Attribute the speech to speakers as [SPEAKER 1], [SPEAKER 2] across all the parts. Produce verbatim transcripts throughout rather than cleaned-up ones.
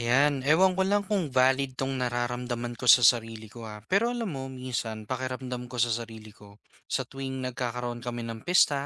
[SPEAKER 1] Ayan, ewan ko lang kung valid tong nararamdaman ko sa sarili ko ha. Pero alam mo, minsan, pakiramdam ko sa sarili ko, sa tuwing nagkakaroon kami ng pista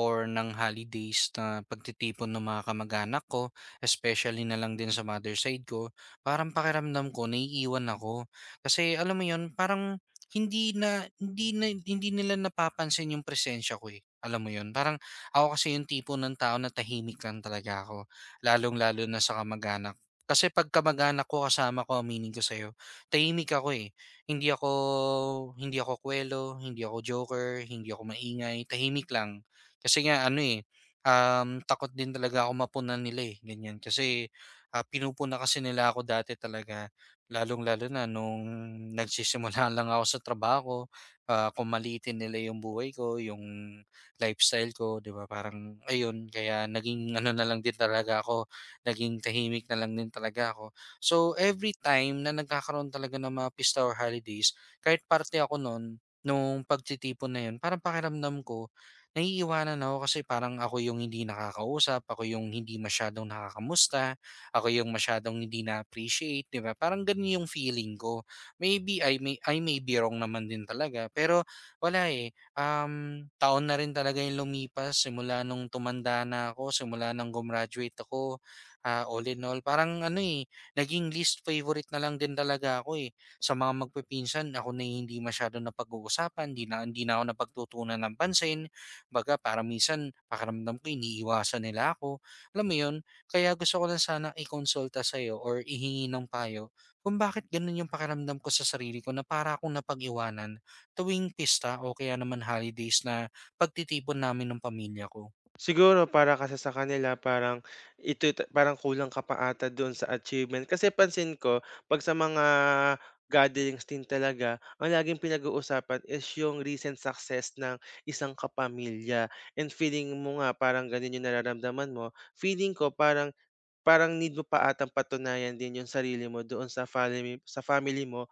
[SPEAKER 1] or ng holidays na pagtitipon ng mga kamag-anak ko, especially na lang din sa mother side ko, parang pakiramdam ko, naiiwan ako. Kasi alam mo yun, parang hindi na hindi na hindi nila napapansin yung presensya ko eh. Alam mo yun, parang ako kasi yung tipo ng tao na tahimik lang talaga ako lalong-lalo na sa kamag anak kasi pagka mag-anak ko kasama ko, aminin ko sa'yo, tahimik ako, eh. Hindi ako hindi ako kuwelo, hindi ako joker, hindi ako maingay, tahimik lang. Kasi nga ano, eh, um, takot din talaga ako mapunan nila, eh, ganyan. Kasi, ah, pinupuna kasi nila ako dati talaga, lalong-lalo na nung nagsisimula lang ako sa trabaho, ah, kumalitin nila yung buhay ko, yung lifestyle ko, 'di ba, parang ayun. Kaya naging ano na lang din talaga ako naging tahimik na lang din talaga ako. So, every time na nagkakaroon talaga ng mga pista or holidays, kahit party ako no'n, nung pagtitipon na 'yun, parang pakiramdam ko, naiiwanan ako kasi parang ako yung hindi nakakausap, ako yung hindi masyadong nakakamusta, ako yung masyadong hindi na-appreciate, 'di ba? Parang gano'n yung feeling ko. Maybe I may I may be wrong naman din talaga, pero wala, eh. Um, taon na rin talaga yung lumipas simula nung tumanda na ako, simula nang gumraduate ako. Ah, all in all, parang ano, eh, naging least favorite na lang din talaga ako, eh. Sa mga magpipinsan ako na yung hindi masyado napag-uusapan, hindi na hindi na ako napagtutuunan ng pansin. Baga parang minsan pakaramdam ko iniiwasan nila ako, alam mo yun? Kaya gusto ko lang sana i-consulta sa'yo or ihingi ng payo kung bakit ganun yung pakaramdam ko sa sarili ko na para akong napag-iwanan tuwing pista o kaya naman holidays na pagtitipon namin ng pamilya ko.
[SPEAKER 2] Siguro para kasi sa kanila parang ito parang kulang ka pa ata do'n sa achievement. Kasi pansin ko 'pag sa mga gatherings din talaga, ang laging pinag-uusapan is yung recent success ng isang kapamilya, and feeling mo nga parang gano'n yung nararamdaman mo, feeling ko parang parang need mo pa atang patunayan din yung sarili mo doon sa family sa family mo.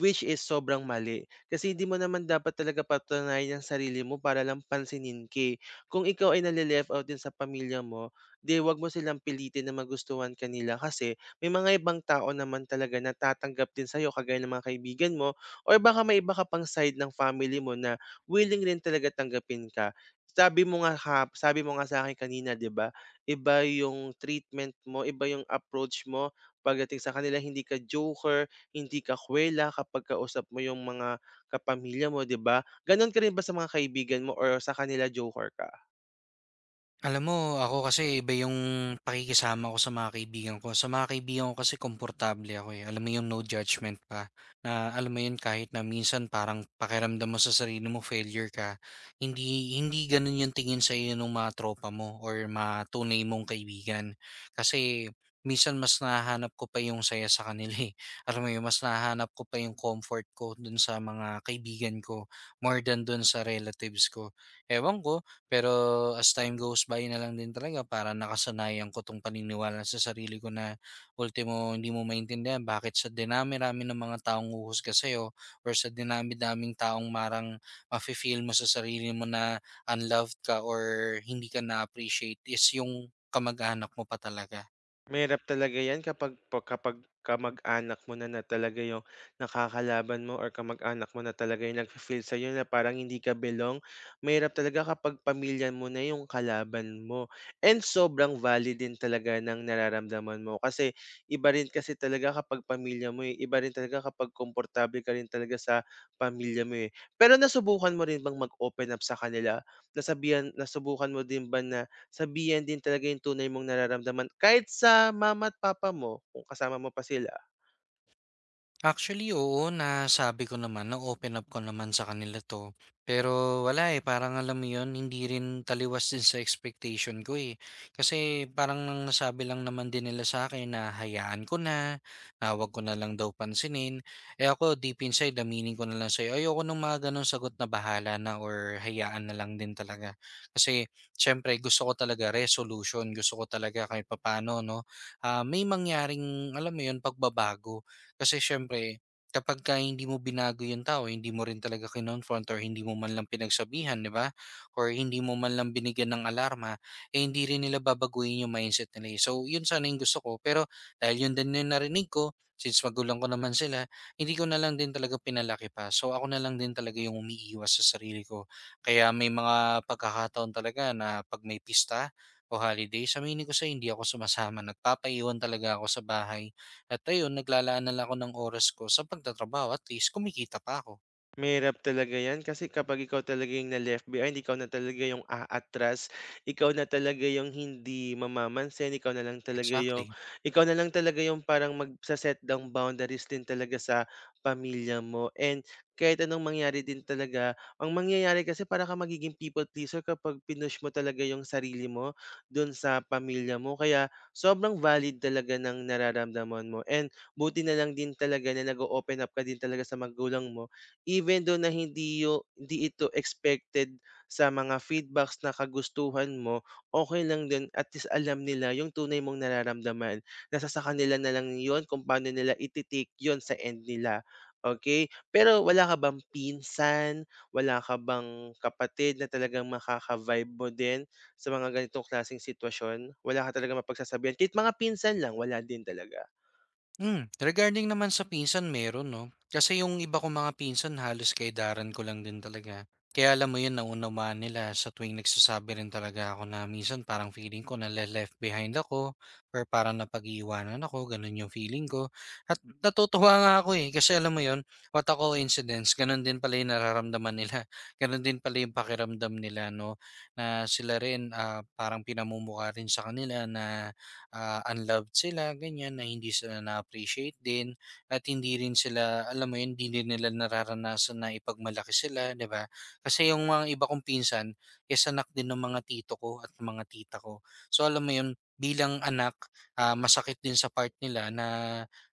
[SPEAKER 2] Which is sobrang mali, kasi hindi mo naman dapat talaga patunayan ang sarili mo para lang pansinin ka, eh. Kung ikaw ay nale out din sa pamilya mo, 'di 'wag mo silang pilitin na magustuhan ka nila, kasi may mga ibang tao naman talaga na tatanggap din sa'yo kagaya ng mga kaibigan mo, or baka may iba ka pang side ng family mo na willing rin talaga tanggapin ka. Sabi mo nga kahap sabi mo nga sa'kin kanina, 'di ba, iba yung treatment mo, iba yung approach mo pagdating sa kanila, hindi ka joker, hindi ka kuwela kapag kausap mo yung mga kapamilya mo, 'di ba? Gano'n ka rin ba sa mga kaibigan mo or sa kanila joker ka?
[SPEAKER 1] Alam mo, ako kasi iba yung pakikisama ko sa mga kaibigan ko. Sa mga kaibigan ko kasi komportable ako eh. Alam mo yung no judgment pa. Na alam mo yun kahit na minsan parang pakiramdam mo sa sarili mo failure ka. Hindi hindi ganun yung tingin sa iyo ng mga tropa mo or mga tunay mong kaibigan. Kasi minsan mas nahanap ko pa yung saya sa kanila eh. Alam mo yun, mas nahanap ko pa yung comfort ko dun sa mga kaibigan ko more than dun sa relatives ko. Ewan ko, pero as time goes by na lang din talaga para nakasanayan ko 'tong paniniwala sa sarili ko na ultimo hindi mo maintindihan bakit sa dinami-rami ng mga taong huhusga sa'yo or sa dinami-daming taong marang mafe-feel mo sa sarili mo na unloved ka or hindi ka na-appreciate is yung kamag-anak mo pa talaga.
[SPEAKER 2] Mahirap talaga 'yan kapag po kapag kamag-anak mo na na talaga yung nakakalaban mo, or kamag-anak mo na talaga yung nagfi-feel sa'yo na parang hindi ka belong. Mahirap talaga kapag pamilya mo na yung kalaban mo, and sobrang valid din talaga ng nararamdaman mo, kasi iba rin kasi talaga kapag pamilya mo, eh, iba rin talaga kapag komportable ka rin talaga sa pamilya mo, eh. Pero nasubukan mo rin bang mag-open up sa kanila? Nasabihan nasubukan mo din ba na sabihan din talaga yung tunay mong nararamdaman, kahit sa mama at papa mo kung kasama mo pa sila.
[SPEAKER 1] Actually, oo, nasabi ko naman, na-open up ko naman sa kanila 'to. Pero wala, eh, parang alam mo 'yun, hindi rin taliwas din sa expectation ko, eh. Kasi parang nang nasabi lang naman din nila sa akin na hayaan ko na, na huwag ko na lang daw pansinin. Eh, ako deep inside aminin ko na lang sa'yo, ayoko nung mga gano'ng sagot na bahala na or hayaan na lang din talaga. Kasi siyempre gusto ko talaga resolution, gusto ko talaga kahit papaano 'no, ah, may mangyaring alam mo 'yun, pagbabago. Kasi siyempre, kapagka hindi mo binago yung tao, hindi mo rin talaga kinonfront or hindi mo man lang pinagsabihan, di ba? Or hindi mo man lang binigyan ng alarma, eh hindi rin nila babaguhin yung mindset nila. Eh. So, yun sana yung gusto ko. Pero dahil yun din yung narinig ko, since magulang ko naman sila, hindi ko na lang din talaga pinalaki pa. So, ako na lang din talaga yung umiiwas sa sarili ko. Kaya may mga pagkakataon talaga na pag may pista o holiday, aminin ko sa hindi ako sumasama. Nagpapaiwan talaga ako sa bahay at ayun, naglalaan na lang ako ng oras ko sa pagtatrabaho at least kumikita pa ako.
[SPEAKER 2] Mahirap talaga 'yan kasi kapag ikaw talaga yung na-left behind, ikaw na talaga yung aatras, ikaw na talaga yung hindi mamamansin, ikaw na lang talaga yung
[SPEAKER 1] Exactly.
[SPEAKER 2] ikaw na lang talaga yung parang magse-set ng boundaries din talaga sa pamilya mo, and kahit anong mangyari din talaga, ang mangyayari kasi para kang magiging people pleaser kapag pinush mo talaga yung sarili mo dun sa pamilya mo, kaya sobrang valid talaga ng nararamdaman mo, and buti na lang din talaga na nag open up ka din talaga sa magulang mo. Even though na hindi yu hindi ito expected sa mga feedbacks na kagustuhan mo, okay lang din, at least alam nila yung tunay mong nararamdaman. Nasa sa kanila na lang yun kung paano nila ititik yon sa end nila, okay. Pero wala ka bang pinsan, wala ka bang kapatid na talagang makaka-vibe mo din sa mga ganitong klaseng sitwasyon? Wala ka talagang mapagsasabihan kahit mga pinsan lang, wala din talaga?
[SPEAKER 1] Hmm, regarding naman sa pinsan meron 'no, kasi yung iba kong mga pinsan halos kaydaran ko lang din talaga. Kaya alam mo yun naunawaan nila sa tuwing nagsasabi rin talaga ako na minsan parang feeling ko na left behind ako or parang napag-iiwanan ako, ganun yung feeling ko. At natutuwa nga ako, eh, kasi alam mo yun, what a coincidence ganun din pala yung nararamdaman nila, ganun din pala yung pakiramdam nila 'no, na sila rin, ah, parang pinamumukha rin sa kanila na ah, unloved sila, ganyan, na hindi sila na-appreciate din at hindi rin sila, alam mo yun, hindi din nila nararanasan na ipagmalaki sila, di ba? Kasi yung mga iba kong pinsan, yes, anak din ng mga tito ko at ng mga tita ko. So alam mo yun, bilang anak, ah, masakit din sa part nila na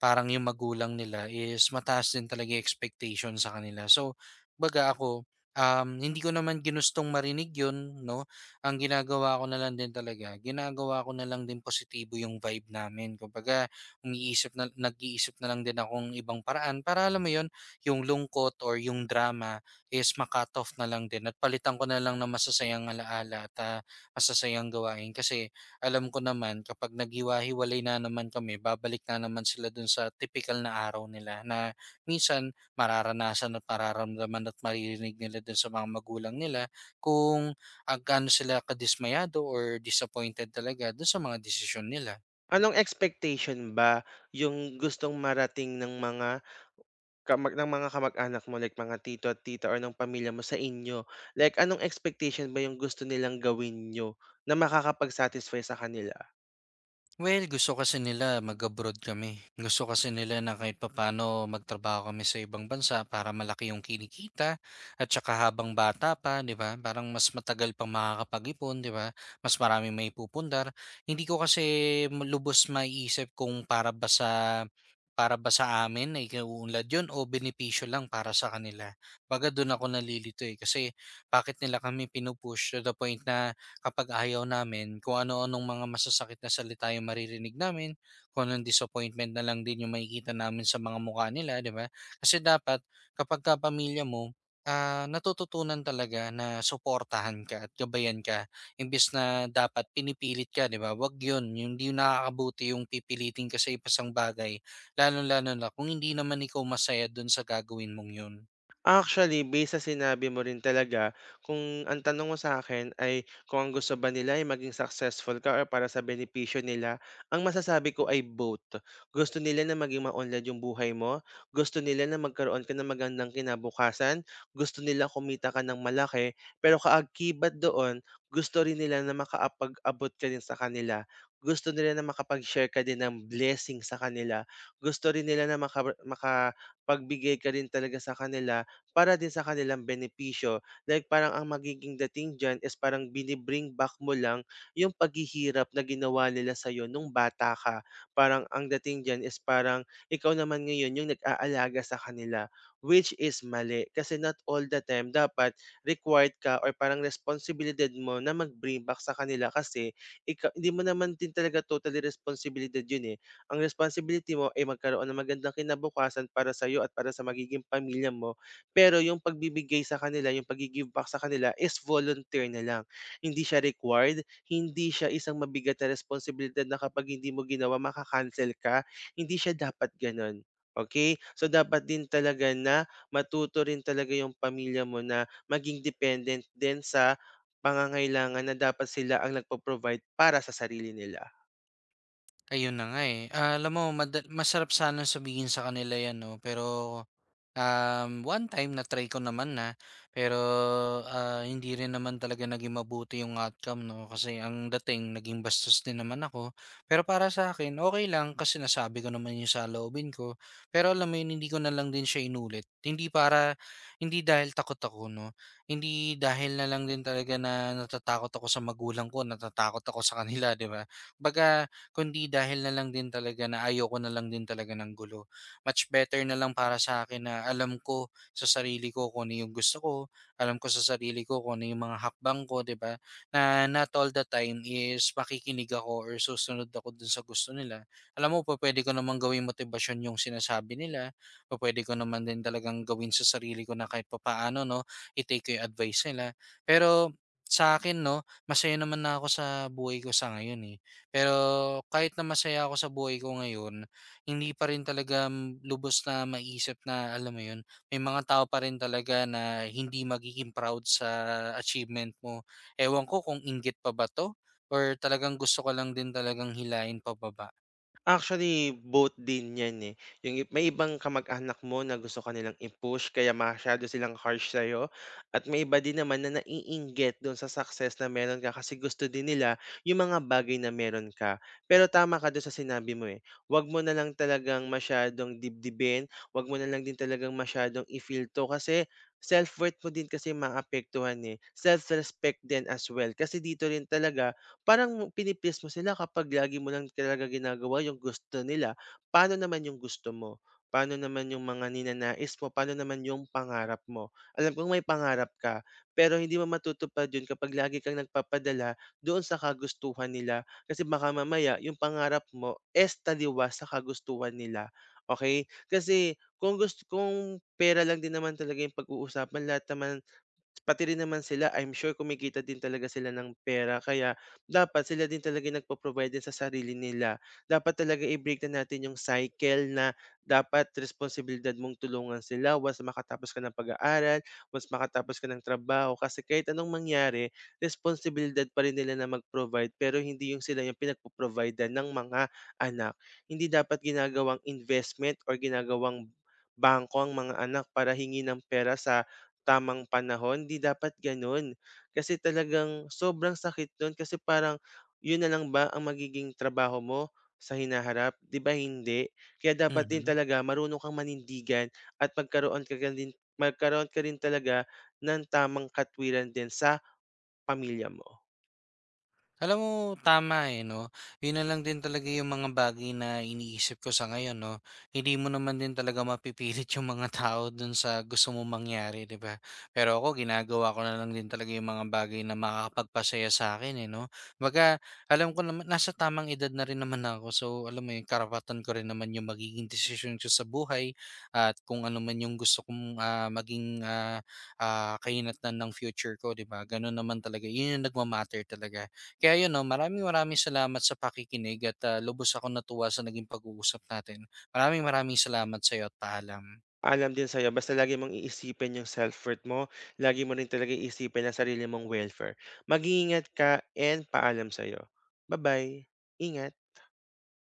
[SPEAKER 1] parang yung magulang nila is mataas din talaga yung expectation sa kanila. So, baga ako, um, hindi ko naman ginustong marinig yun, no? Ang ginagawa ko na lang din talaga, ginagawa ko na lang din positibo yung vibe namin. Kumbaga, umiisip na, nag-iisip na lang din akong ibang paraan para alam mo yon yung lungkot or yung drama is makat off na lang din at palitan ko na lang ng masasayang alaala at ah, masasayang gawain kasi alam ko naman kapag naghiwa-hiwalay na naman kami, babalik na naman sila dun sa typical na araw nila na minsan mararanasan at mararamdaman at maririnig nila dun sa mga magulang nila kung ah, gaano sila kadismayado or disappointed talaga dun sa mga desisyon nila.
[SPEAKER 2] Anong expectation ba yung gustong marating ng mga Kamag ng mga kamag-anak mo like mga tito at tita or ng pamilya mo sa inyo, like anong expectation ba yung gusto nilang gawin niyo na makakapag-satisfy sa kanila?
[SPEAKER 1] Well, gusto kasi nila mag-abroad kami. Gusto kasi nila na kahit papaano magtrabaho kami sa ibang bansa para malaki yung kinikita at saka habang bata pa, 'di ba? Parang mas matagal pang makakapag-ipon, 'di ba? Mas marami may maipupundar. Hindi ko kasi ma- lubos maiisip kung para ba sa para ba sa amin na ikiuunlad yun o benepisyo lang para sa kanila. Baga doon ako nalilito eh. Kasi bakit nila kami pinupush to the point na kapag ayaw namin, kung ano-anong mga masasakit na salita yung maririnig namin, kung anong disappointment na lang din yung makikita namin sa mga mukha nila, di ba? Kasi dapat, kapag ka pamilya mo, ah, natututunan talaga na suportahan ka at gabayan ka, imbis na dapat pinipilit ka, di ba? Wag yun, yung hindi nakakabuti yung pipilitin ka sa ipasang bagay, lalo-lalo na kung hindi naman ikaw masaya dun sa gagawin mong yun.
[SPEAKER 2] Actually, base sa sinabi mo rin talaga, kung ang tanong mo sa akin ay kung ang gusto ba nila ay maging successful ka or para sa benepisyo nila, ang masasabi ko ay both. Gusto nila na maging maunlad yung buhay mo, gusto nila na magkaroon ka ng magandang kinabukasan, gusto nila kumita ka ng malaki, pero kaakibat doon, gusto rin nila na makaapag-abot ka din sa kanila. Gusto nila na makapag-share ka din ng blessing sa kanila. Gusto rin nila na maka makapagbigay ka rin talaga sa kanila para din sa kanilang benepisyo. Like parang ang magiging dating diyan is parang binibring back mo lang yung paghihirap na ginawa nila sa'yo nung bata ka. Parang ang dating diyan is parang ikaw naman ngayon yung nag-aalaga sa kanila, which is mali. Kasi not all the time dapat required ka or parang responsibilidad mo na mag-bring back sa kanila, kasi ikaw, hindi mo naman din talaga totally responsibilidad yun, eh. Ang responsibility mo ay magkaroon ng magandang kinabukasan para sa'yo at para sa magiging pamilya mo, pero yung pagbibigay sa kanila, yung paggi-give back sa kanila is volunteer na lang. Hindi siya required, hindi siya isang mabigat na responsibilidad na kapag hindi mo ginawa maka ka, hindi siya dapat gano'n, okay. So, dapat din talaga na matuto rin talaga yung pamilya mo na maging dependent din sa pangangailangan, na dapat sila ang nagpo-provide para sa sarili nila.
[SPEAKER 1] Ayun na nga eh. Ah, alam mo, mada- masarap sana sabihin sa kanila yan, no? Pero Um, one time na-try ko naman na, pero, ah, hindi rin naman talaga naging mabuti yung outcome 'no, kasi ang dating naging bastos din naman ako. Pero para sa akin, okay lang kasi nasabi ko naman yung saloobin ko. Pero alam mo yun, hindi ko na lang din siya inulit. Hindi para hindi dahil takot ako 'no, hindi dahil na lang din talaga na natatakot ako sa magulang ko, natatakot ako sa kanila, 'di ba? Baga kundi dahil na lang din talaga na ayoko na lang din talaga ng gulo much better na lang para sa akin na alam ko sa sarili ko kung ano yung gusto ko, alam ko sa sarili ko kung ano yung mga hakbang ko, 'di ba? Na not all the time is makikinig ako or susunod ako dun sa gusto nila. Alam mo, pa pwede ko naman gawing motivasyon yung sinasabi nila, pa pwede ko naman din talagang gawin sa sarili ko na kahit papaano, no, i-take ko yung advice nila. Pero sa akin, no, masaya naman na ako sa buhay ko sa ngayon eh. Pero kahit na masaya ako sa buhay ko ngayon, hindi pa rin talaga mm, lubos na maiisip na alam mo 'yun, may mga tao pa rin talaga na hindi magiging proud sa achievement mo. Ewan ko kung inggit pa ba 'to or talagang gusto ka lang din talagang hilain pababa?
[SPEAKER 2] Actually, both din 'yan, eh. Yung ib May ibang kamag-anak mo na gusto ka nilang i-push kaya masyado silang harsh sa'yo, at may iba din naman na naiinggit do'n sa success na meron ka, kasi gusto din nila yung mga bagay na meron ka. Pero tama ka do'n sa sinabi mo, eh, 'wag mo na lang talagang masyadong dibdibin, 'wag mo na lang din talagang masyadong i-feel 'to, kasi self-worth mo din kasi maapektuhan, eh, self-respect din as well. Kasi dito rin talaga parang pini mo sila kapag lagi mo lang talaga ginagawa yung gusto nila, paano naman yung gusto mo? Paano naman yung mga ninanais mo? Paano naman yung pangarap mo? Alam kong may pangarap ka, pero hindi mo matutupad yun kapag lagi kang nagpapadala doon sa kagustuhan nila. Kasi baka mamaya, yung pangarap mo is taliwas sa kagustuhan nila. Okay? Kasi kung gusto kung pera lang din naman talaga yung pag-uusapan, lahat naman. Pati rin naman sila, I'm sure kumikita din talaga sila ng pera, kaya dapat sila din talaga yung nagpo-provide din sa sarili nila. Dapat talaga i-break na natin yung cycle na dapat responsibilidad mong tulungan sila once makatapos ka ng pag-aaral, once makatapos ka ng trabaho, kasi kahit anong mangyari responsibilidad pa rin nila na mag-provide, pero hindi yung sila yung pinagpo provide ng mga anak. Hindi dapat ginagawang investment or ginagawang bangko ang mga anak para hingi ng pera sa tamang panahon, di dapat gano'n. Kasi talagang sobrang sakit nun, kasi parang yun na lang ba ang magiging trabaho mo sa hinaharap, 'di ba? Hindi. Kaya dapat din
[SPEAKER 1] Mhm.
[SPEAKER 2] talaga marunong kang manindigan at magkaroon ka gan din magkaroon ka rin talaga ng tamang katwiran din sa pamilya mo.
[SPEAKER 1] Alam mo, tama eh, no? Yun na lang din talaga yung mga bagay na iniisip ko sa ngayon, no? Hindi mo naman din talaga mapipilit yung mga tao dun sa gusto mo mangyari, di ba? Pero ako, ginagawa ko na lang din talaga yung mga bagay na makakapagpasaya sa akin, eh, no? Baga, alam ko naman, nasa tamang edad na rin naman ako. So, alam mo yung karapatan ko rin naman yung magiging desisyon ko sa buhay at kung ano man yung gusto kong ah, maging ah, ah, kahinatnan ng future ko, di ba? Ganun naman talaga. Yun yung nagmamatter talaga kaya yun 'no, maraming maraming salamat sa pakikinig at, ah, lubos ako natuwa sa naging pag-uusap natin. Maraming maraming salamat sa'yo at paalam.
[SPEAKER 2] Alam din sa'yo basta lagi mong iisipin yung self-worth mo, lagi mo rin talaga iisipin ang sarili mong welfare. Mag-iingat ka, and paalam sa'yo. Bye bye, ingat.